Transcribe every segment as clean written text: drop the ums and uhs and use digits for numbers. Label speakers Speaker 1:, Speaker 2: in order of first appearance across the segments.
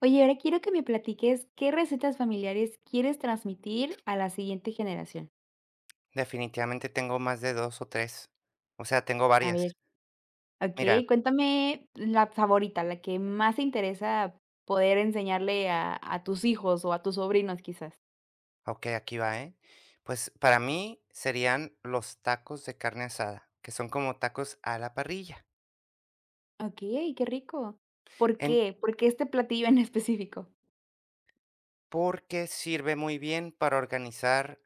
Speaker 1: Oye, ahora quiero que me platiques qué recetas familiares quieres transmitir a la siguiente generación.
Speaker 2: Definitivamente tengo más de 2 o tres. O sea, tengo
Speaker 1: A
Speaker 2: varias.
Speaker 1: ver,
Speaker 2: Mira,
Speaker 1: ¿ok? Cuéntame la favorita, la que más te interesa poder enseñarle a tus hijos o a tus sobrinos, quizás.
Speaker 2: okey, aquí va, ¿eh? Pues, para mí serían los tacos de carne asada, que son como tacos a la parrilla,
Speaker 1: Ok, qué rico. ¿Por
Speaker 2: en
Speaker 1: qué? ¿Por qué este platillo en específico?
Speaker 2: porque sirve muy bien para organizar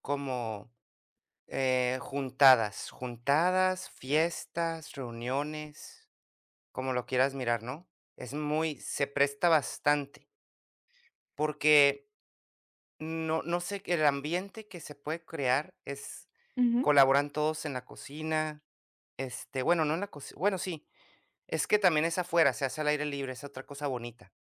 Speaker 2: como, juntadas, fiestas, reuniones, como lo quieras mirar, ¿no? Es muy se presta bastante, porque no sé, el ambiente que se puede crear es
Speaker 1: Ujú.
Speaker 2: colaboran todos en la cocina, este, bueno, no en la cocina, bueno, sí, es que también es afuera, se hace al aire libre, es otra cosa bonita.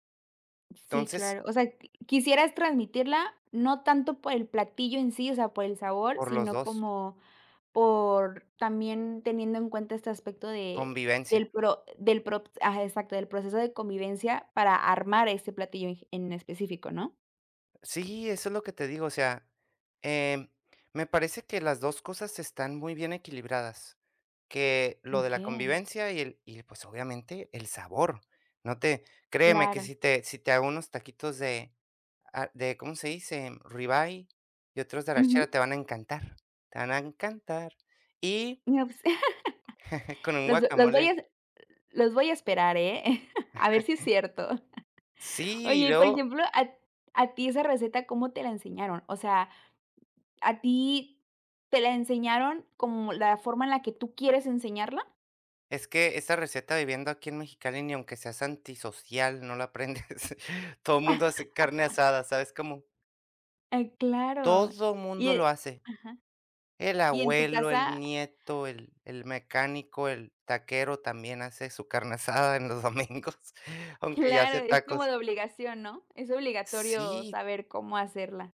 Speaker 1: Sí,
Speaker 2: Entonces,
Speaker 1: claro. O sea, quisieras transmitirla, no tanto por el platillo en sí, o sea, por el sabor,
Speaker 2: por los
Speaker 1: sino
Speaker 2: dos,
Speaker 1: como. Por también teniendo en cuenta este aspecto de
Speaker 2: convivencia.
Speaker 1: del pro ajá, exacto, del proceso de convivencia para armar ese platillo en específico, ¿no?
Speaker 2: Sí, eso es lo que te digo, o sea, em, me parece que las 2 cosas están muy bien equilibradas, que lo de la
Speaker 1: Okey.
Speaker 2: convivencia y el y, pues, obviamente, el sabor. No te créeme que
Speaker 1: Claro.
Speaker 2: si te hago unos taquitos de de, ¿cómo se dice? Ribeye y otros de
Speaker 1: Ujú.
Speaker 2: arrachera, te van a encantar, te van a encantar. Y
Speaker 1: No, pues,
Speaker 2: con un
Speaker 1: los los voy
Speaker 2: guacamole,
Speaker 1: a los voy a esperar, ¿eh? A ver si es cierto.
Speaker 2: sí, y
Speaker 1: Oye, y por
Speaker 2: luego
Speaker 1: ejemplo, a ti esa receta, ¿cómo te la enseñaron? O sea, ¿a ti te la enseñaron como la forma en la que tú quieres enseñarla?
Speaker 2: es que esa receta, viviendo aquí en Mexicali, ni aunque seas antisocial, no la aprendes. Todo el mundo hace carne asada, ¿sabes cómo?
Speaker 1: Ay, claro.
Speaker 2: Todo el mundo lo
Speaker 1: Y
Speaker 2: hace. El
Speaker 1: y en tu
Speaker 2: abuelo, el
Speaker 1: casa.
Speaker 2: nieto, el mecánico, el taquero también hace su carne asada en los domingos, aunque ya
Speaker 1: Claro,
Speaker 2: hace
Speaker 1: es como
Speaker 2: tacos.
Speaker 1: de obligación, ¿no? Es obligatorio
Speaker 2: Sí.
Speaker 1: saber cómo hacerla.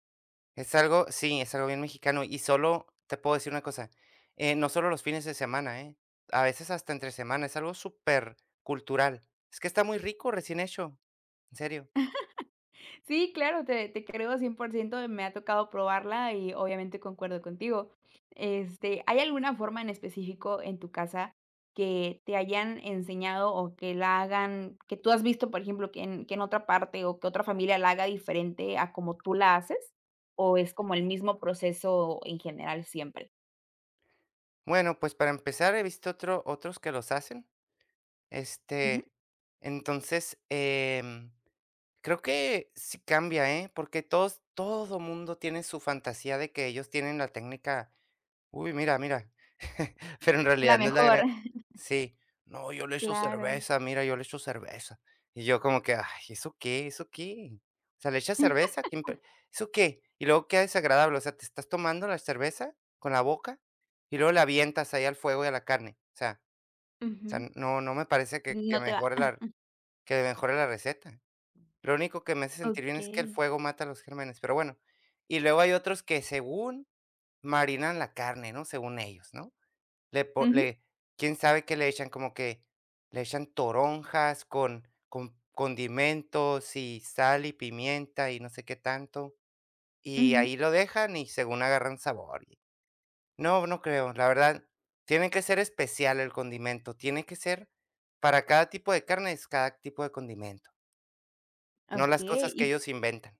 Speaker 2: Es algo, sí, es algo bien mexicano. Y solo te puedo decir una cosa, no solo los fines de semana, ¿eh? A veces hasta entre semana, es algo súper cultural. Es que está muy rico, recién hecho, en serio.
Speaker 1: Sí, claro, te creo 100%. Me ha tocado probarla y obviamente concuerdo contigo. Este, ¿hay alguna forma en específico en tu casa que te hayan enseñado o que la hagan que tú has visto, por ejemplo, que en otra parte o que otra familia la haga diferente a como tú la haces? ¿O es como el mismo proceso en general siempre?
Speaker 2: Bueno, pues para empezar, he visto otros que los hacen,
Speaker 1: Ujú.
Speaker 2: este, entonces, creo que sí cambia, ¿eh? Porque todo mundo tiene su fantasía de que ellos tienen la técnica. Uy, mira, mira. Pero en
Speaker 1: La
Speaker 2: realidad no es la
Speaker 1: mejor,
Speaker 2: gran. Sí. No, yo le echo
Speaker 1: claro.
Speaker 2: cerveza, mira, yo le echo cerveza. Y yo como que: "Ay, ¿eso qué? ¿Eso qué?". O sea, ¿le echas cerveza? ¿Quién pe ¿Eso qué? Y luego queda desagradable, o sea, te estás tomando la cerveza con la boca y luego la avientas ahí al fuego y a la carne. O sea, o sea,
Speaker 1: Ujú.
Speaker 2: no me parece que que
Speaker 1: No te va.
Speaker 2: mejore la que mejore la receta. Lo único que me hace sentir bien es que
Speaker 1: Okey.
Speaker 2: el fuego mata a los gérmenes, pero bueno. Y luego hay otros que, según, marinan la carne, ¿no? Según ellos, ¿no? Le po
Speaker 1: Ujú,
Speaker 2: le quién sabe qué le echan, como que le echan toronjas con condimentos y sal y pimienta y no sé qué tanto, y
Speaker 1: ujú.
Speaker 2: ahí lo dejan y según agarran sabor. Y no, no creo, la verdad, tiene que ser especial el condimento, tiene que ser, para cada tipo de carne es cada tipo de condimento, no las
Speaker 1: Okey,
Speaker 2: cosas que
Speaker 1: y
Speaker 2: ellos inventan.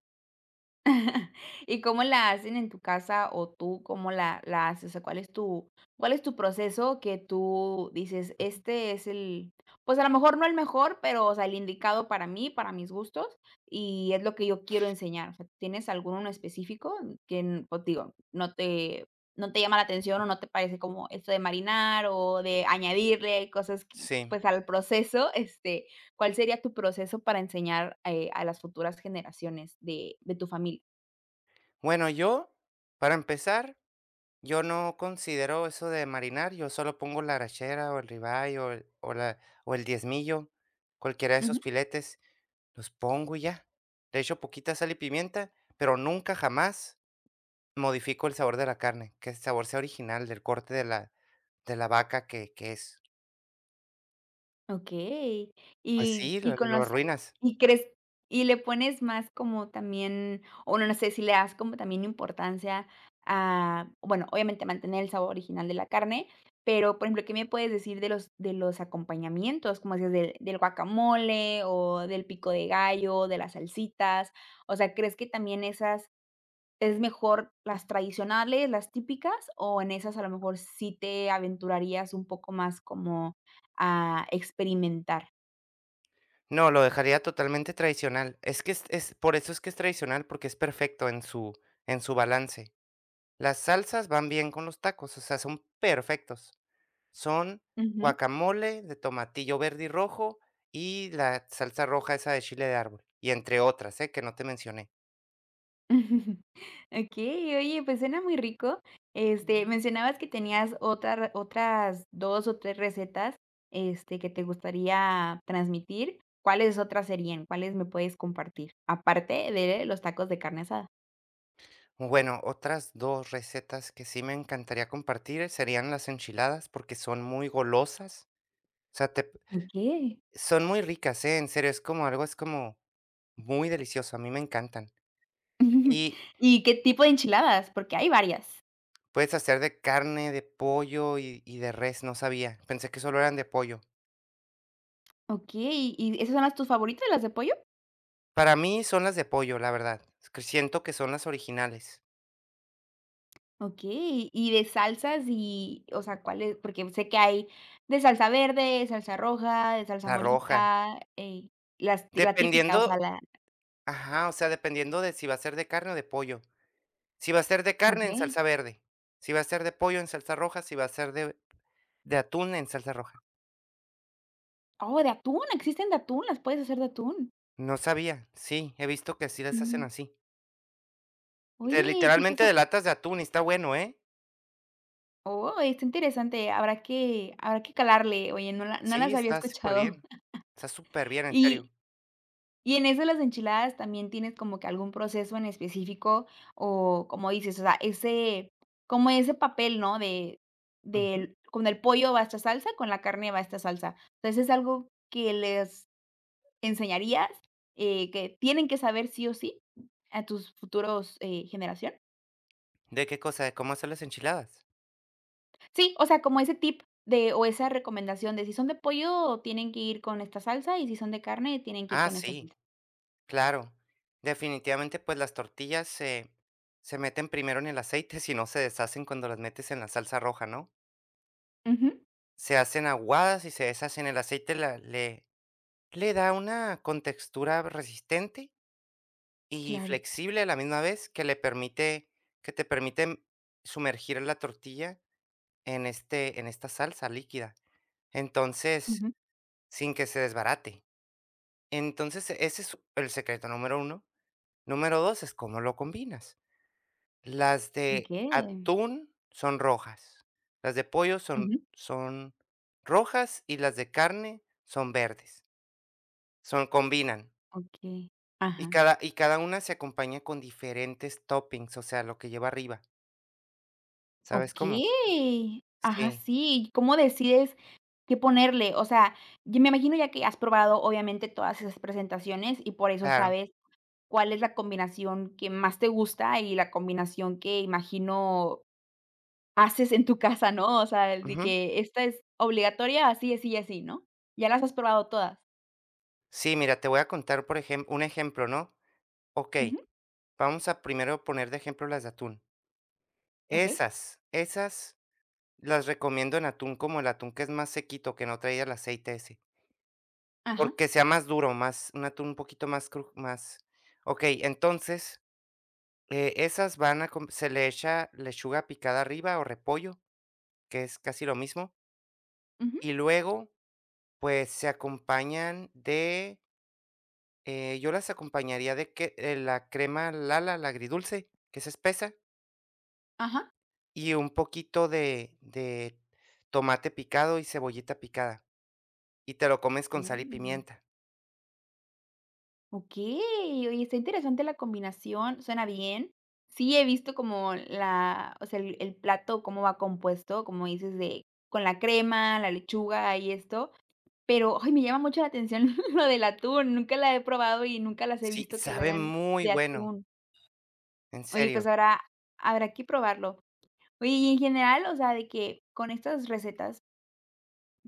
Speaker 1: ¿y cómo la hacen en tu casa o tú cómo la haces? O sea, cuál es tu proceso que tú dices: "Este es el", pues, a lo mejor no el mejor, pero, o sea, el indicado para mí, para mis gustos, y es lo que yo quiero enseñar? O sea, ¿tienes alguno en específico que n pues, digo, no te llama la atención o no te parece como esto de marinar o de añadirle cosas que,
Speaker 2: Sí.
Speaker 1: pues, al proceso? Este, ¿cuál sería tu proceso para enseñar, a las futuras generaciones de tu familia?
Speaker 2: Bueno, yo, para empezar, yo no considero eso de marinar, yo solo pongo la arachera o el ribeye o el, o la, o el diezmillo, cualquiera de esos
Speaker 1: Ujú,
Speaker 2: filetes, los pongo y ya. Le echo poquita sal y pimienta, pero nunca jamás modifico el sabor de la carne, que el sabor sea original del corte de la vaca que es.
Speaker 1: okey.
Speaker 2: Pues sí,
Speaker 1: Y con
Speaker 2: lo
Speaker 1: los
Speaker 2: arruinas.
Speaker 1: ¿y crees y le pones más como también, o no, no sé, si le das como también importancia a, bueno, obviamente mantener el sabor original de la carne, pero, por ejemplo, ¿qué me puedes decir de los acompañamientos? Como decías del guacamole, o del pico de gallo, de las salsitas. O sea, ¿crees que también esas ¿es mejor las tradicionales, las típicas, o en esas a lo mejor sí te aventurarías un poco más como a experimentar?
Speaker 2: No, lo dejaría totalmente tradicional. Es que es- por eso es que es tradicional, porque es perfecto en su balance. Las salsas van bien con los tacos, o sea, son perfectos. Son
Speaker 1: Ujú.
Speaker 2: guacamole de tomatillo verde y rojo y la salsa roja esa de chile de árbol, y entre otras, ¿eh?, que no te mencioné.
Speaker 1: Okey, oye, pues suena muy rico. Este, mencionabas que tenías otras 2 o 3 recetas, este, que te gustaría transmitir. ¿Cuáles otras serían? ¿Cuáles me puedes compartir? Aparte de los tacos de carne asada.
Speaker 2: Bueno, otras 2 recetas que sí me encantaría compartir serían las enchiladas, porque son muy golosas. O sea, te
Speaker 1: Okey.
Speaker 2: son muy ricas, ¿eh? En serio, es como algo, es como muy delicioso, a mí me encantan. Y
Speaker 1: ¿Y qué tipo de enchiladas? Porque hay varias.
Speaker 2: puedes hacer de carne, de pollo y de res, no sabía, pensé que solo eran de pollo.
Speaker 1: Okey, ¿y esas son las tus favoritas, las de pollo?
Speaker 2: Para mí son las de pollo, la verdad, es que siento que son las originales.
Speaker 1: Okey, y de salsas y, o sea, ¿cuáles? Porque sé que hay de salsa verde, salsa roja, de salsa
Speaker 2: La roja.
Speaker 1: morita, las la típica, o sea,
Speaker 2: Dependiendo,
Speaker 1: la
Speaker 2: ajá, o sea, dependiendo de si va a ser de carne o de pollo. Si va a ser de carne, en
Speaker 1: okey.
Speaker 2: salsa verde. Si va a ser de pollo, en salsa roja. Si va a ser de atún, en salsa roja.
Speaker 1: Oh, de atún, existen de atún, las puedes hacer de atún.
Speaker 2: No sabía. Sí, he visto que sí las hacen
Speaker 1: Mm,
Speaker 2: así. De
Speaker 1: oye, quizás
Speaker 2: literalmente
Speaker 1: su
Speaker 2: de latas de atún, y está bueno, ¿eh?
Speaker 1: oh, está interesante, habrá que calarle, oye, no
Speaker 2: Sí,
Speaker 1: las había
Speaker 2: está súper bien.
Speaker 1: escuchado.
Speaker 2: Está súper bien, en serio.
Speaker 1: Y y en eso de las enchiladas, ¿también tienes como que algún proceso en específico? O como dices, o sea, ese como ese papel, ¿no? De
Speaker 2: Ujú.
Speaker 1: del con el pollo va esta salsa, con la carne va esta salsa. Entonces, ¿es algo que les enseñarías, que tienen que saber sí o sí a tus futuros, generación?
Speaker 2: ¿De qué cosa? ¿De cómo hacer las enchiladas?
Speaker 1: Sí, o sea, como ese tip de o esa recomendación de si son de pollo, tienen que ir con esta salsa, y si son de carne, tienen que ir
Speaker 2: Ah,
Speaker 1: con esta
Speaker 2: sí.
Speaker 1: salsa.
Speaker 2: Claro, definitivamente, pues las tortillas se, se meten primero en el aceite, si no se deshacen cuando las metes en la salsa roja, ¿no?
Speaker 1: Ujú,
Speaker 2: Se hacen aguadas y se deshacen. El aceite la- le da una contextura resistente y
Speaker 1: claro.
Speaker 2: flexible a la misma vez que le permite, que te permite sumergir la tortilla en este, en esta salsa líquida. Entonces,
Speaker 1: Ujú.
Speaker 2: sin que se desbarate. Entonces, ese es el secreto número 1. Número 2 es cómo lo combinas. Las de
Speaker 1: Okey.
Speaker 2: atún son rojas, las de pollo
Speaker 1: Ujú.
Speaker 2: son rojas y las de carne son verdes, son combinan,
Speaker 1: Okey, ajá,
Speaker 2: y cada una se acompaña con diferentes toppings, o sea, lo que lleva arriba, ¿sabes cómo?
Speaker 1: okey, ajá,
Speaker 2: Sí,
Speaker 1: sí, ¿cómo decides qué ponerle? O sea, yo me imagino ya que has probado, obviamente, todas esas presentaciones y por eso
Speaker 2: claro,
Speaker 1: sabes cuál es la combinación que más te gusta y la combinación que imagino haces en tu casa, ¿no? O sea, el de
Speaker 2: ujú.
Speaker 1: que esta es obligatoria, así, así y así, ¿no? ¿Ya las has probado todas?
Speaker 2: Sí, mira, te voy a contar, por ejemplo, un ejemplo, ¿no? Okey,
Speaker 1: Ujú,
Speaker 2: vamos a primero poner de ejemplo las de atún.
Speaker 1: okey,
Speaker 2: Esas las recomiendo en atún, como el atún que es más sequito, que no traía el aceite ese.
Speaker 1: ajá,
Speaker 2: Porque sea más duro, más un atún un poquito más cru más, okey, entonces, esas van a com se le echa lechuga picada arriba o repollo, que es casi lo mismo,
Speaker 1: ujú,
Speaker 2: y luego, pues, se acompañan de, yo las acompañaría de que, la crema Lala, la agridulce, que es espesa,
Speaker 1: ajá.
Speaker 2: y un poquito de tomate picado y cebollita picada, y te lo comes con sal y
Speaker 1: Mm.
Speaker 2: pimienta.
Speaker 1: Ok, oye, está interesante la combinación, suena bien. Sí, he visto como la, o sea, el plato, cómo va compuesto, como dices, de con la crema, la lechuga y esto, pero ay, me llama mucho la atención lo del atún, nunca la he probado y nunca las he
Speaker 2: Sí,
Speaker 1: visto que la
Speaker 2: sabe
Speaker 1: hagan
Speaker 2: muy
Speaker 1: de
Speaker 2: bueno,
Speaker 1: atún.
Speaker 2: en
Speaker 1: Oye, pues
Speaker 2: serio.
Speaker 1: ahora habrá que probarlo. Oye, y en general, o sea, de que con estas recetas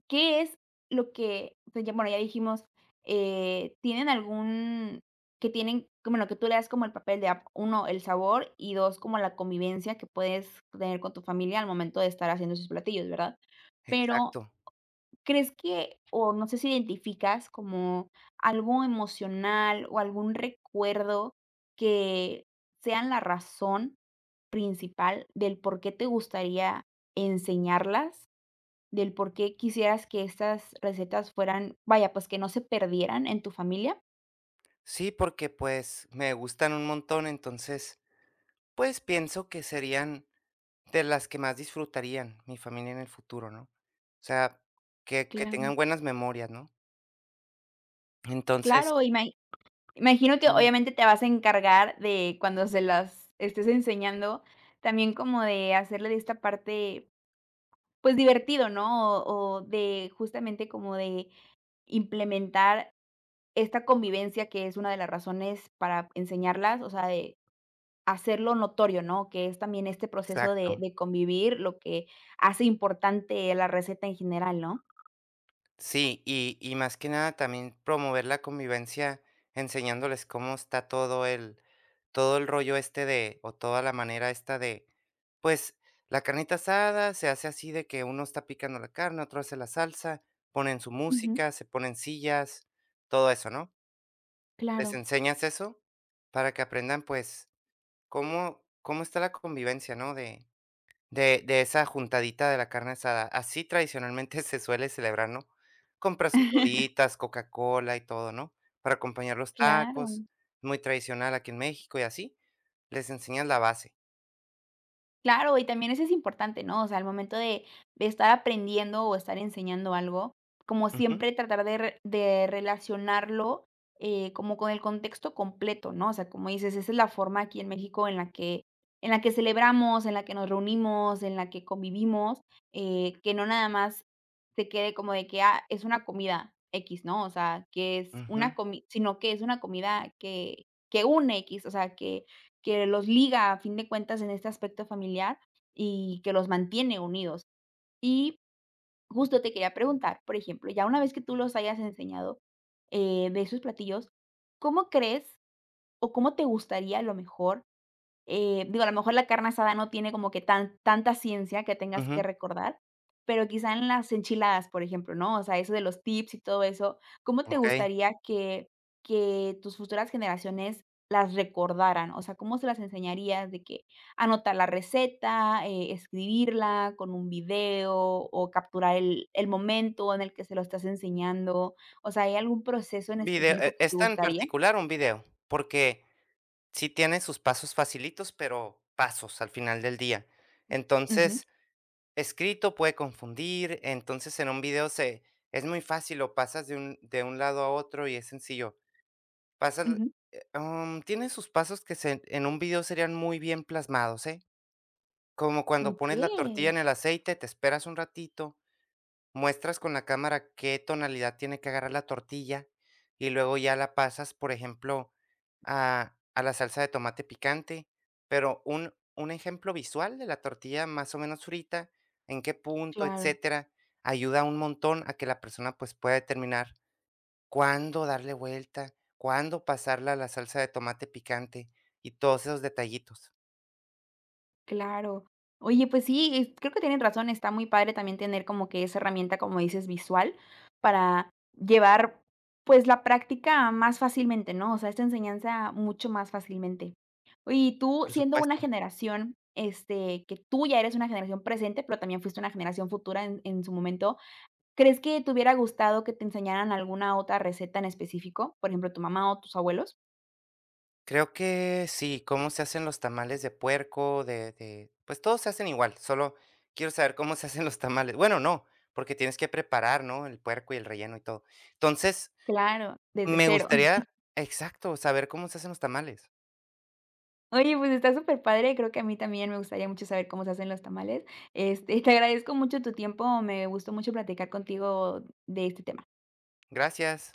Speaker 1: ¿qué es lo que? Pues ya, bueno, ya dijimos, ¿tienen algún que tienen, como lo que tú le das como el papel de ap uno, el sabor y 2 como la convivencia que puedes tener con tu familia al momento de estar haciendo esos platillos, ¿verdad? Pero,
Speaker 2: Exacto.
Speaker 1: ¿crees que o no sé si identificas como algo emocional o algún recuerdo que sean la razón principal del por qué te gustaría enseñarlas? Del por qué quisieras que estas recetas fueran, vaya, pues, que no se perdieran en tu familia.
Speaker 2: Sí, porque, pues, me gustan un montón, entonces, pues, pienso que serían de las que más disfrutarían mi familia en el futuro, ¿no? O sea, que
Speaker 1: Claro.
Speaker 2: tengan buenas memorias, ¿no? Entonces
Speaker 1: Claro, imagino que
Speaker 2: sí,
Speaker 1: obviamente te vas a encargar de cuando se las estés enseñando, también como de hacerle de esta parte, pues, divertido, ¿no? O de justamente como de implementar esta convivencia que es una de las razones para enseñarlas, o sea, de hacerlo notorio, ¿no? Que es también este proceso de
Speaker 2: exacto.
Speaker 1: de convivir lo que hace importante la receta en general, ¿no?
Speaker 2: Sí, y más que nada también promover la convivencia enseñándoles cómo está todo el rollo este de, o toda la manera esta de, pues, la carnita asada se hace así, de que uno está picando la carne, otro hace la salsa, ponen su
Speaker 1: Ujú.
Speaker 2: música, se ponen sillas, todo eso, ¿no? Les
Speaker 1: Claro,
Speaker 2: enseñas eso para que aprendan, pues, cómo está la convivencia, ¿no? De esa juntadita de la carne asada, así tradicionalmente se suele celebrar, ¿no? Compras sus roditas, Coca-Cola y todo, ¿no? Para acompañar los tacos,
Speaker 1: claro.
Speaker 2: muy tradicional aquí en México y así, les enseñas la base.
Speaker 1: Claro, y también eso es importante, ¿no? O sea, al momento de estar aprendiendo o estar enseñando algo, como
Speaker 2: Ujú,
Speaker 1: siempre tratar de re de relacionarlo, como con el contexto completo, ¿no? O sea, como dices, esa es la forma aquí en México en la que celebramos, en la que nos reunimos, en la que convivimos, que no nada más se quede como de que, ah, es una comida X, ¿no? O sea, que es
Speaker 2: ujú,
Speaker 1: una comi sino que es una comida que une X, o sea, que los liga, a fin de cuentas, en este aspecto familiar y que los mantiene unidos. Y justo te quería preguntar, por ejemplo, ya una vez que tú los hayas enseñado, de esos platillos, ¿cómo crees o cómo te gustaría a lo mejor digo, a lo mejor la carne asada no tiene como que tanta ciencia que tengas que
Speaker 2: ujú,
Speaker 1: recordar, pero quizá en las enchiladas, por ejemplo, ¿no? O sea, eso de los tips y todo eso, ¿cómo te
Speaker 2: okey.
Speaker 1: gustaría que tus futuras generaciones las recordaran? O sea, ¿cómo se las enseñarías de que anotar la receta, escribirla con un video o capturar el momento en el que se lo estás enseñando? O sea, ¿hay algún proceso en
Speaker 2: Video,
Speaker 1: específico
Speaker 2: e
Speaker 1: que te
Speaker 2: esta en
Speaker 1: gustaría?
Speaker 2: particular, un video, porque sí tiene sus pasos facilitos, pero pasos al final del día.
Speaker 1: Ujú,
Speaker 2: Entonces escrito puede confundir, entonces en un video se es muy fácil, lo pasas de un lado a otro y es sencillo. Pasas,
Speaker 1: ujú.
Speaker 2: tiene sus pasos que se en un video serían muy bien plasmados, ¿eh? Como cuando pones la tortilla
Speaker 1: Okey,
Speaker 2: en el aceite, te esperas un ratito. Muestras con la cámara qué tonalidad tiene que agarrar la tortilla y luego ya la pasas, por ejemplo, a la salsa de tomate picante, pero un ejemplo visual de la tortilla más o menos frita, en qué punto,
Speaker 1: claro.
Speaker 2: etcétera, ayuda un montón a que la persona, pues, pueda determinar cuándo darle vuelta, cuándo pasarla a la salsa de tomate picante y todos esos detallitos,
Speaker 1: Claro. Oye, pues sí, creo que tienen razón, está muy padre también tener como que esa herramienta, como dices, visual para llevar, pues, la práctica más fácilmente, ¿no? O sea, esta enseñanza mucho más fácilmente. Oye, y tú
Speaker 2: por
Speaker 1: siendo una
Speaker 2: supuesto.
Speaker 1: generación, este, que tú ya eres una generación presente, pero también fuiste una generación futura en su momento, ¿crees que te hubiera gustado que te enseñaran alguna otra receta en específico? Por ejemplo, tu mamá o tus abuelos.
Speaker 2: Creo que sí, cómo se hacen los tamales de puerco, de pues, todos se hacen igual, solo quiero saber cómo se hacen los tamales. Bueno, no, porque tienes que preparar, ¿no?, el puerco y el relleno y todo. Entonces,
Speaker 1: Claro, desde
Speaker 2: me
Speaker 1: cero.
Speaker 2: gustaría exacto, saber cómo se hacen los tamales.
Speaker 1: Oye, pues está súper padre. Creo que a mí también me gustaría mucho saber cómo se hacen los tamales. Este, te agradezco mucho tu tiempo, me gustó mucho platicar contigo de este tema.
Speaker 2: Gracias.